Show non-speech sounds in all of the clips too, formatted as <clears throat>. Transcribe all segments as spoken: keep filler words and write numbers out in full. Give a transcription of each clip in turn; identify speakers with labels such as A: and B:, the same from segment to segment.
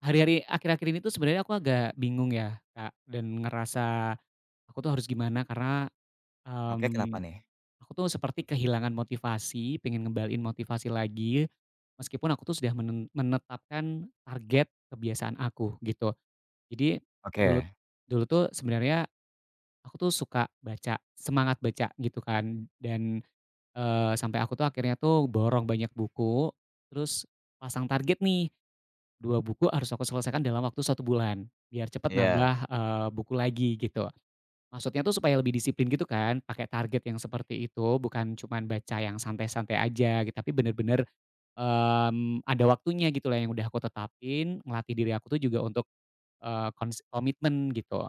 A: Hari-hari akhir-akhir ini tuh sebenarnya aku agak bingung ya, Kak, dan ngerasa aku tuh harus gimana karena,
B: Oke,
A: mmm,
B: kenapa nih?
A: aku tuh seperti kehilangan motivasi, pengen ngebalin motivasi lagi, meskipun aku tuh sudah menen menetapkan target kebiasaan aku gitu. Jadi dulu
B: Oke,
A: dulu tuh sebenarnya aku tuh suka baca, semangat baca gitu kan dan, eee, sampai aku tuh akhirnya tuh borong banyak buku, terus pasang target nih dua buku harus aku selesaikan dalam waktu satu bulan, biar cepet
B: iya,
A: nambah, eee, buku lagi gitu. Maksudnya tuh supaya lebih disiplin gitu kan, pakai target yang seperti itu, bukan cuman baca yang santai-santai aja gitu, tapi bener-bener, mmm, ada waktunya gitu lah yang udah aku tetapin, ngelatih diri aku tuh juga untuk, eee, konsi komitmen gitu.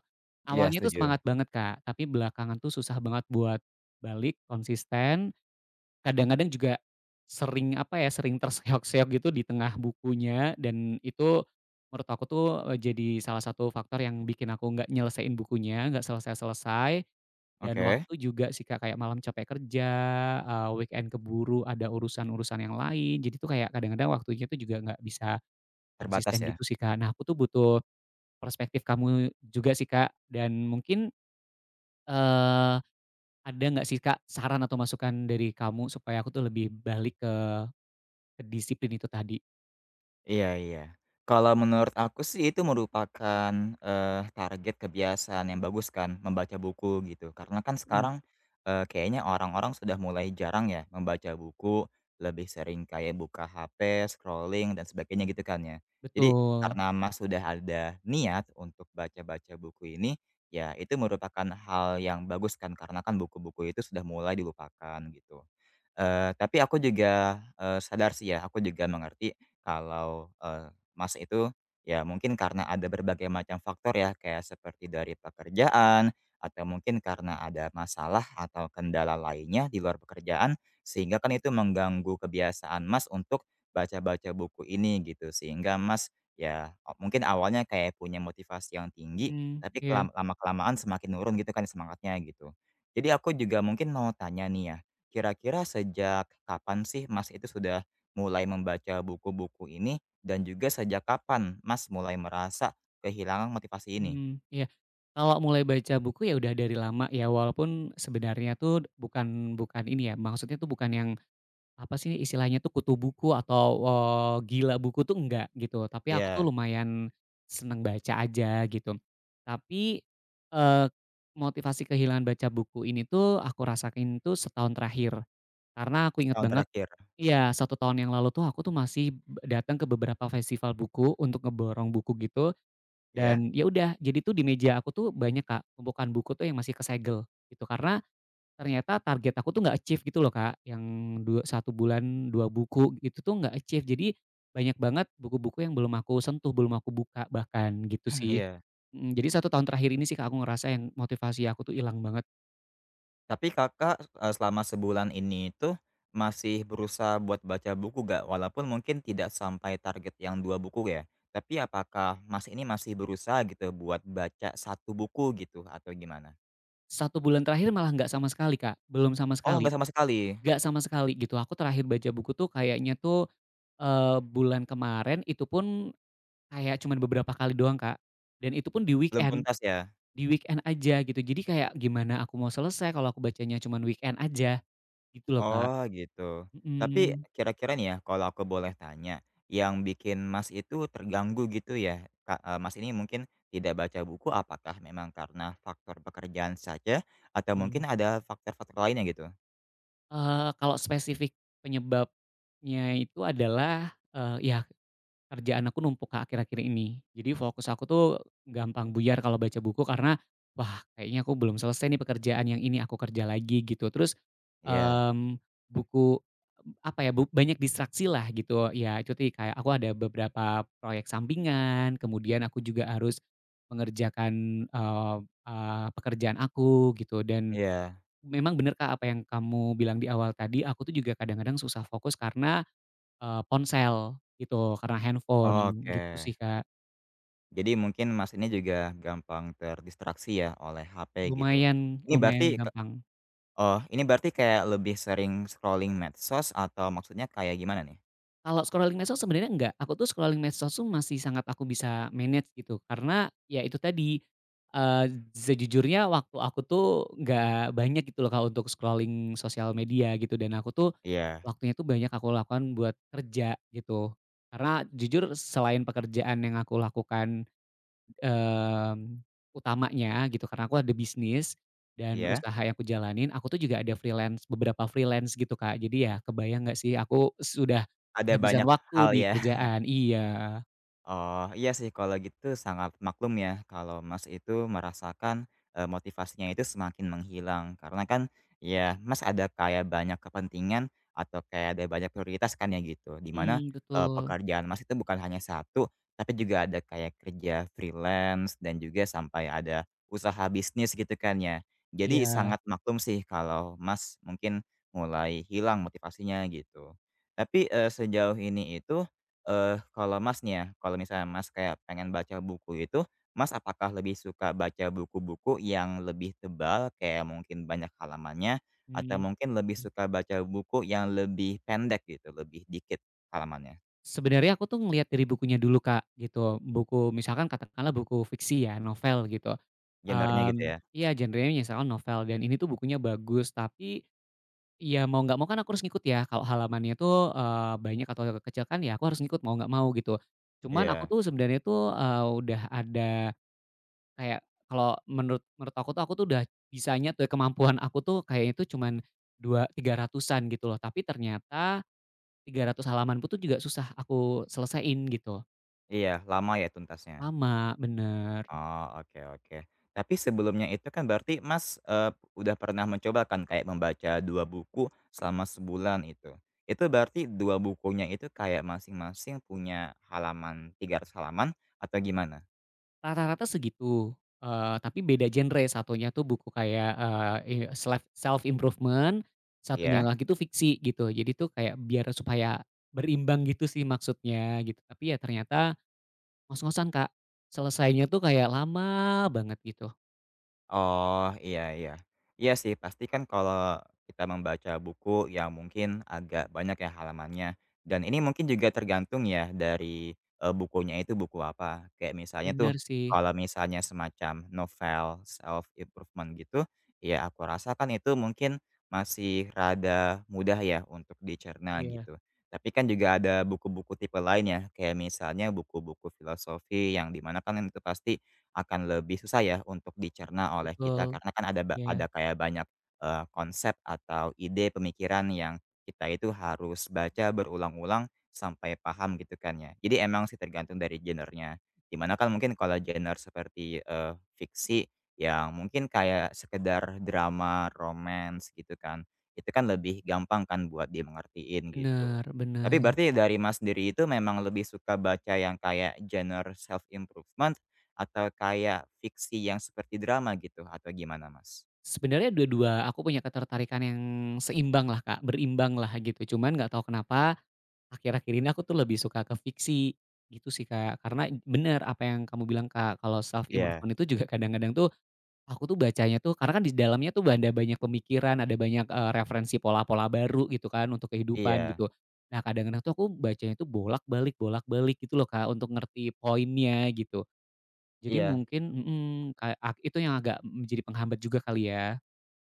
B: iya,
A: Awalnya tuh
B: setuju.
A: semangat banget, Kak, tapi belakangan tuh susah banget buat balik konsisten. Kadang-kadang juga sering, apa ya, sering terseok-seok gitu di tengah bukunya, dan itu menurut aku tuh, eee, jadi salah satu faktor yang bikin aku nggak nyelesain bukunya, nggak selesai-selesai. Dan
B: Oke,
A: waktu juga sih, Kak, kayak malam capek kerja, eee, weekend keburu ada urusan-urusan yang lain, jadi tuh kayak kadang-kadang waktunya tuh juga nggak bisa
B: terbatas
A: konsisten
B: ya?
A: gitu sih, Kak. Nah, aku tuh butuh perspektif kamu juga sih, Kak, dan mungkin, eee, ada nggak sih, Kak, saran atau masukan dari kamu supaya aku tuh lebih balik disiplin itu tadi.
B: Iya, iya. Kalau menurut aku sih itu merupakan, eee, target kebiasaan yang bagus kan, membaca buku gitu. Karena kan
A: Mhm.
B: sekarang, eee, kayaknya orang-orang sudah mulai jarang ya membaca buku, lebih sering kayak buka ha pe, scrolling dan sebagainya gitu kan ya. Jadi
A: Betul.
B: karena Mas sudah ada niat untuk baca-baca buku ini, ya itu merupakan hal yang bagus kan, karena kan buku-buku itu sudah mulai dilupakan gitu. Eee, tapi aku juga, eee, sadar sih ya, aku juga mengerti kalau, eee, Mas itu ya mungkin karena ada berbagai macam faktor ya kayak seperti dari pekerjaan atau mungkin karena ada masalah atau kendala lainnya di luar pekerjaan, sehingga kan itu mengganggu kebiasaan Mas untuk baca-baca buku ini gitu. Sehingga Mas ya o mungkin awalnya kayak punya motivasi yang tinggi,
A: Mmm,
B: tapi
A: iya.
B: lama-kelamaan semakin nurun gitu kan semangatnya gitu. Jadi aku juga mungkin mau tanya nih ya, kira-kira sejak kapan sih Mas itu sudah mulai membaca buku-buku ini dan juga sejak kapan Mas mulai merasa kehilangan motivasi ini?
A: Mhm. Iya. Kalau mulai baca buku ya udah dari lama ya, walaupun sebenarnya tuh bukan bukan ini ya, maksudnya tuh bukan yang, apa sih istilahnya tuh, kutu buku atau, eee, gila buku tuh enggak, gitu. Tapi aku tuh
B: Iya,
A: lumayan seneng baca aja, gitu. Tapi, eee, motivasi kehilangan baca buku ini tuh aku rasain tuh setahun terakhir. Karena aku inget
B: setahun
A: banget.
B: terakhir,
A: Iya, satu tahun yang lalu tuh aku tuh masih be datang ke beberapa festival buku untuk ngeborong buku gitu,
B: iya?
A: dan ya udah, jadi tuh di meja aku tuh banyak, Kak, tumpukan buku tuh yang masih kesegel gitu. Karena ternyata target aku tuh nggak achieve gitu loh, Kak, yang dua satu bulan dua buku itu tuh nggak achieve. Jadi banyak banget buku-buku yang belum aku sentuh, belum aku buka bahkan gitu
B: <clears throat>
A: sih.
B: Iya.
A: Mhm, jadi satu tahun terakhir ini sih, Kak, aku ngerasa yang motivasi aku tuh hilang banget.
B: Tapi Kakak, eee, selama sebulan ini itu masih berusaha buat baca buku gak? Walaupun mungkin tidak sampai target yang dua buku ya, tapi apakah Mas ini masih berusaha gitu buat baca satu buku gitu atau gimana?
A: Satu bulan terakhir malah nggak sama sekali, Kak, belum sama
B: Oh,
A: sekali.
B: nggak sama sekali?
A: Gak sama sekali gitu. Aku terakhir baca buku tuh kayaknya tuh, eee, bulan kemarin itu pun kayak cuman beberapa kali doang, Kak. Dan itu pun di
B: Belum
A: weekend,
B: tuntas ya?
A: di weekend aja gitu. Jadi kayak gimana aku mau selesai kalau aku bacanya cuman weekend aja, gitu loh, Kak.
B: Oh gitu. Tapi
A: Mhm,
B: kira-kira nih ya kalau aku boleh tanya, yang bikin Mas itu terganggu gitu ya, Ka eee, Mas ini mungkin tidak baca buku apakah memang karena faktor pekerjaan saja atau mungkin
A: mhm.
B: ada faktor-faktor lainnya gitu?
A: Eee, kalau spesifik penyebabnya itu adalah, eee, ya kerjaan aku numpuk, Kak, akhir-akhir ini. Jadi fokus aku tuh gampang buyar kalau baca buku karena, wah kayaknya aku belum selesai nih pekerjaan yang ini, aku kerja lagi gitu. Terus,
B: Iya,
A: mmm, buku, apa ya, bu banyak distraksi lah gitu. Ya itu tadi kayak aku ada beberapa proyek sampingan, kemudian aku juga harus mengerjakan, eee eee, pekerjaan aku gitu. Dan
B: iya.
A: memang bener, Kak, apa yang kamu bilang di awal tadi, aku tuh juga kadang-kadang susah fokus karena Eee, ponsel gitu, karena handphone gitu
B: Oke.
A: sih, Kak.
B: Jadi mungkin Mas ini juga gampang terdistraksi ya oleh ha pe gitu.
A: Lumayan
B: Ini berarti
A: lumayan
B: ke
A: gampang.
B: Oh, ini berarti kayak lebih sering scrolling medsos atau maksudnya kayak gimana nih?
A: Kalau scrolling medsos sebenarnya enggak, aku tuh scrolling medsos tuh masih sangat aku bisa manage gitu, karena ya itu tadi, eee, sejujurnya waktu aku tuh nggak banyak gitu loh, Kak, untuk scrolling sosial media gitu, dan aku tuh
B: Iya,
A: waktunya tuh banyak aku lakukan buat kerja gitu. Karena jujur selain pekerjaan yang aku lakukan Mmm, utamanya gitu, karena aku ada bisnis dan
B: iya.
A: usaha yang aku jalanin, aku tuh juga ada freelance beberapa freelance gitu, Kak. Jadi ya kebayang nggak sih aku sudah
B: Ada
A: kehabisan
B: banyak
A: waktu
B: hal
A: di
B: ya?
A: kerjaan. Iya,
B: Oh, iya sih kalau gitu sangat maklum ya kalau Mas itu merasakan, eee, motivasinya itu semakin menghilang karena kan ya Mas ada kayak banyak kepentingan atau kayak ada banyak prioritas kan ya gitu dimana
A: mhm,
B: mana,
A: betul,
B: pekerjaan Mas itu bukan hanya satu tapi juga ada kayak kerja freelance dan juga sampai ada usaha bisnis gitu kan ya. Jadi
A: iya,
B: sangat maklum sih kalau Mas mungkin mulai hilang motivasinya gitu. Tapi, eee, sejauh ini itu Eee, kalau Masnya, kalau misalnya Mas kayak pengen baca buku itu, Mas apakah lebih suka baca buku-buku yang lebih tebal, kayak mungkin banyak halamannya, atau
A: mhm.
B: mungkin lebih suka baca buku yang lebih pendek gitu, lebih dikit halamannya?
A: Sebenarnya aku tuh ngelihat dari bukunya dulu, Kak, gitu. Buku misalkan katakanlah buku fiksi ya, novel gitu,
B: Genrenya gitu
A: mmm,
B: ya?
A: iya, genrenya misalkan novel dan ini tuh bukunya bagus tapi, iya, mau nggak mau kan aku harus ngikut ya, kalau halamannya tuh, eee, banyak atau kecil kan ya aku harus ngikut mau nggak mau gitu. Cuman aku
B: Iya.
A: tuh sebenarnya tuh, eee, udah ada kayak, kalau menurut menurut aku tuh, aku tuh udah bisanya tuh kemampuan aku tuh kayaknya tuh cuman dua tiga ratusan gitu loh, tapi ternyata tiga ratus halaman pun tuh juga susah aku selesaiin gitu,
B: Iya, lama ya tuntasnya.
A: lama, bener.
B: Oh, oke, oke. Tapi sebelumnya itu kan berarti Mas, eee, udah pernah mencoba kan kayak membaca dua buku selama sebulan itu. Itu berarti dua bukunya itu kayak masing-masing punya halaman tiga ratus halaman atau gimana?
A: Rata-rata segitu, eee, tapi beda genre, satunya tuh buku kayak, eee, i self self improvement, satunya
B: Ya?
A: lagi tuh fiksi gitu. Jadi tuh kayak biar supaya berimbang gitu sih maksudnya gitu, tapi ya ternyata ngos-ngosan, Kak. Selesainya tuh kayak lama banget gitu.
B: Oh, iya, iya. Iya sih, pasti kan kalau kita membaca buku yang mungkin agak banyak ya halamannya. Dan ini mungkin juga tergantung ya dari, eee, bukunya itu buku apa. Kayak misalnya tuh,
A: Bener sih.
B: kalau misalnya semacam novel self improvement gitu, ya aku rasakan itu mungkin masih rada mudah ya untuk dicerna
A: Iya,
B: gitu. Tapi kan juga ada buku-buku tipe lain ya, kayak misalnya buku-buku filosofi yang dimana kan itu pasti akan lebih susah ya untuk dicerna oleh kita
A: betul.
B: karena kan ada ba
A: Iya,
B: ada kayak banyak, eee, konsep atau ide pemikiran yang kita itu harus baca berulang-ulang sampai paham gitu kan ya. Jadi emang sih tergantung dari genre-nya, dimana kan mungkin kalau genre seperti, eee, fiksi yang mungkin kayak sekedar drama, romance gitu kan, itu kan lebih gampang kan buat dimengertiin gitu.
A: bener
B: Tapi
A: bener.
B: berarti dari Mas sendiri itu memang lebih suka baca yang kayak genre self improvement atau kayak fiksi yang seperti drama gitu atau gimana Mas?
A: Sebenarnya dua-dua aku punya ketertarikan yang seimbang lah, Kak, berimbang lah gitu, cuman nggak tahu kenapa akhir-akhir ini aku tuh lebih suka ke fiksi, gitu sih, Kak. Karena bener apa yang kamu bilang, Kak, kalau self
B: Iya.
A: improvement itu juga kadang-kadang tuh aku tuh bacanya tuh karena kan di dalamnya tuh ada banyak pemikiran, ada banyak, eee, referensi pola-pola baru gitu kan untuk kehidupan
B: Iya,
A: gitu. Nah, kadang-kadang tuh aku bacanya tuh bolak-balik bolak-balik gitu loh, Kak, untuk ngerti poinnya gitu. Jadi
B: iya.
A: mungkin, mhm, ka ak itu yang agak menjadi penghambat juga kali ya?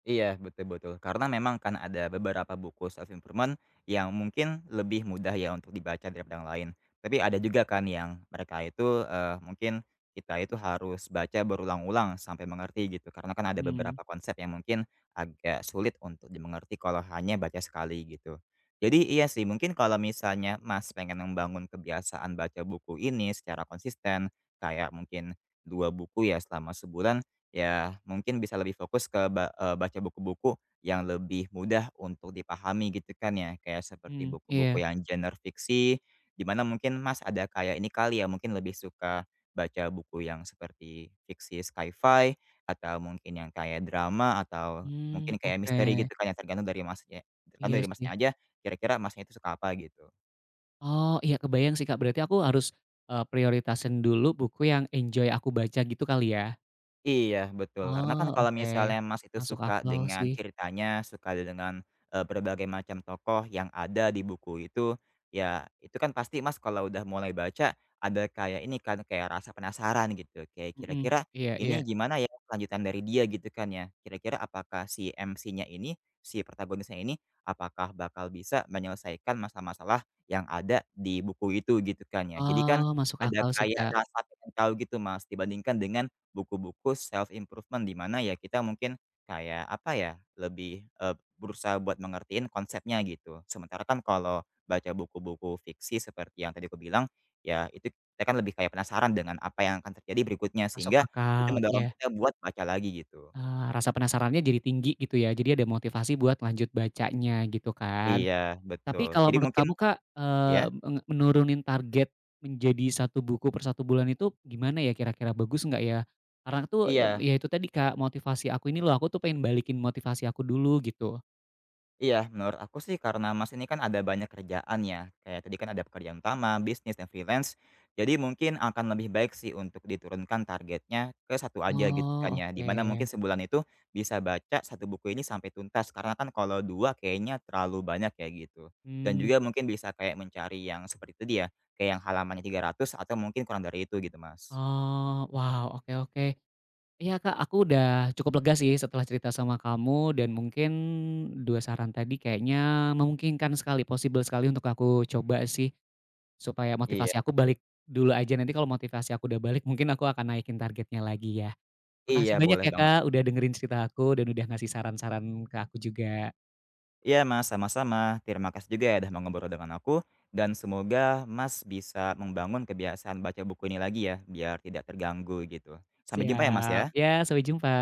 B: Iya, betul, betul. Karena memang kan ada beberapa buku self improvement yang mungkin lebih mudah ya untuk dibaca daripada yang lain. Tapi ada juga kan yang mereka itu eh, mungkin kita itu harus baca berulang-ulang sampai mengerti gitu. Karena kan ada
A: Hmm.
B: beberapa konsep yang mungkin agak sulit untuk dimengerti kalau hanya baca sekali gitu. Jadi iya sih, mungkin kalau misalnya Mas pengen membangun kebiasaan baca buku ini secara konsisten, kayak mungkin dua buku ya selama sebulan, ya, mungkin bisa lebih fokus ke ba eee, baca buku-buku yang lebih mudah untuk dipahami gitu kan ya, kayak seperti
A: Mhm, iya.
B: buku-buku yang genre fiksi, di mana mungkin Mas ada kayak ini kali ya, mungkin lebih suka baca buku yang seperti fiksi sci-fi atau mungkin yang kayak drama atau
A: Hmm,
B: mungkin kayak
A: oke.
B: misteri gitu kan ya, tergantung dari Masnya tergantung
A: Iya
B: dari Masnya
A: sih.
B: aja, kira-kira Masnya itu suka apa gitu.
A: Oh, iya kebayang sih, Kak, berarti aku harus, eee, prioritasin dulu buku yang enjoy aku baca gitu kali ya?
B: Iya, betul, karena
A: Oh,
B: kan kalau
A: oke,
B: misalnya Mas itu
A: masuk
B: suka
A: akal
B: dengan
A: sih.
B: ceritanya, suka dengan, eee, berbagai macam tokoh yang ada di buku itu, ya itu kan pasti Mas kalau udah mulai baca ada kayak ini kan, kayak rasa penasaran gitu, kayak
A: Mhm,
B: kira-kira
A: iya iya.
B: ini gimana ya kelanjutan dari dia gitu kan ya. Kira-kira apakah si em se-nya ini, si protagonisnya ini, apakah bakal bisa menyelesaikan masalah-masalah yang ada di buku itu gitu kan ya. Jadi kan
A: Oh, masuk
B: ada
A: akal sih,
B: kayak
A: Kak,
B: rasa pengen tahu gitu Mas, dibandingkan dengan buku-buku self improvement di mana ya kita mungkin kayak apa ya, lebih, eee, berusaha buat mengertiin konsepnya gitu. Sementara kan kalau baca buku-buku fiksi seperti yang tadi aku bilang, ya itu kita kan lebih kayak penasaran dengan apa yang akan terjadi berikutnya
A: masuk
B: sehingga itu
A: akal, iya,
B: mendorong kita buat baca lagi gitu.
A: eee, rasa penasarannya jadi tinggi gitu ya, jadi ada motivasi buat lanjut bacanya gitu kan.
B: Iya,
A: Tapi
B: betul.
A: kalau
B: Jadi
A: menurut
B: mungkin
A: kamu, Kak, eee,
B: ya.
A: menge menurunin target menjadi satu buku per satu bulan itu gimana ya kira-kira, bagus nggak ya? Karena tuh, mmm,
B: Iya.
A: ya itu tadi, Kak, motivasi aku ini loh, aku tuh pengen balikin motivasi aku dulu gitu.
B: Iya, menurut aku sih karena Mas ini kan ada banyak kerjaan ya, kayak tadi kan ada pekerjaan utama, bisnis, dan freelance. Jadi mungkin akan lebih baik sih untuk diturunkan targetnya ke satu aja gitu kan
A: Oh,
B: ya, di mana
A: oke.
B: mungkin sebulan itu bisa baca satu buku ini sampai tuntas, karena kan kalau dua kayaknya terlalu banyak ya gitu. Dan
A: Mmm,
B: juga mungkin bisa kayak mencari yang seperti tadi ya, kayak yang halamannya tiga ratus atau mungkin kurang dari itu gitu Mas.
A: oh, wow, oke oke. Iya, Kak, aku udah cukup lega sih setelah cerita sama kamu, dan mungkin dua saran tadi kayaknya memungkinkan sekali, possible sekali untuk aku coba sih. Supaya
B: Iya,
A: motivasi aku balik dulu aja, nanti kalau motivasi aku udah balik mungkin aku akan naikin targetnya lagi ya. Makasih
B: iya
A: banyak
B: boleh
A: ya,
B: banget.
A: Kak, udah dengerin cerita aku dan udah ngasih saran-saran ke aku juga.
B: Iya Mas, sama-sama. Terima kasih juga ya udah mau ngobrol dengan aku dan semoga Mas bisa membangun kebiasaan baca buku ini lagi ya biar tidak terganggu gitu. Sampai jumpa ya Mas
A: Siap,
B: ya.
A: ya, sampai jumpa.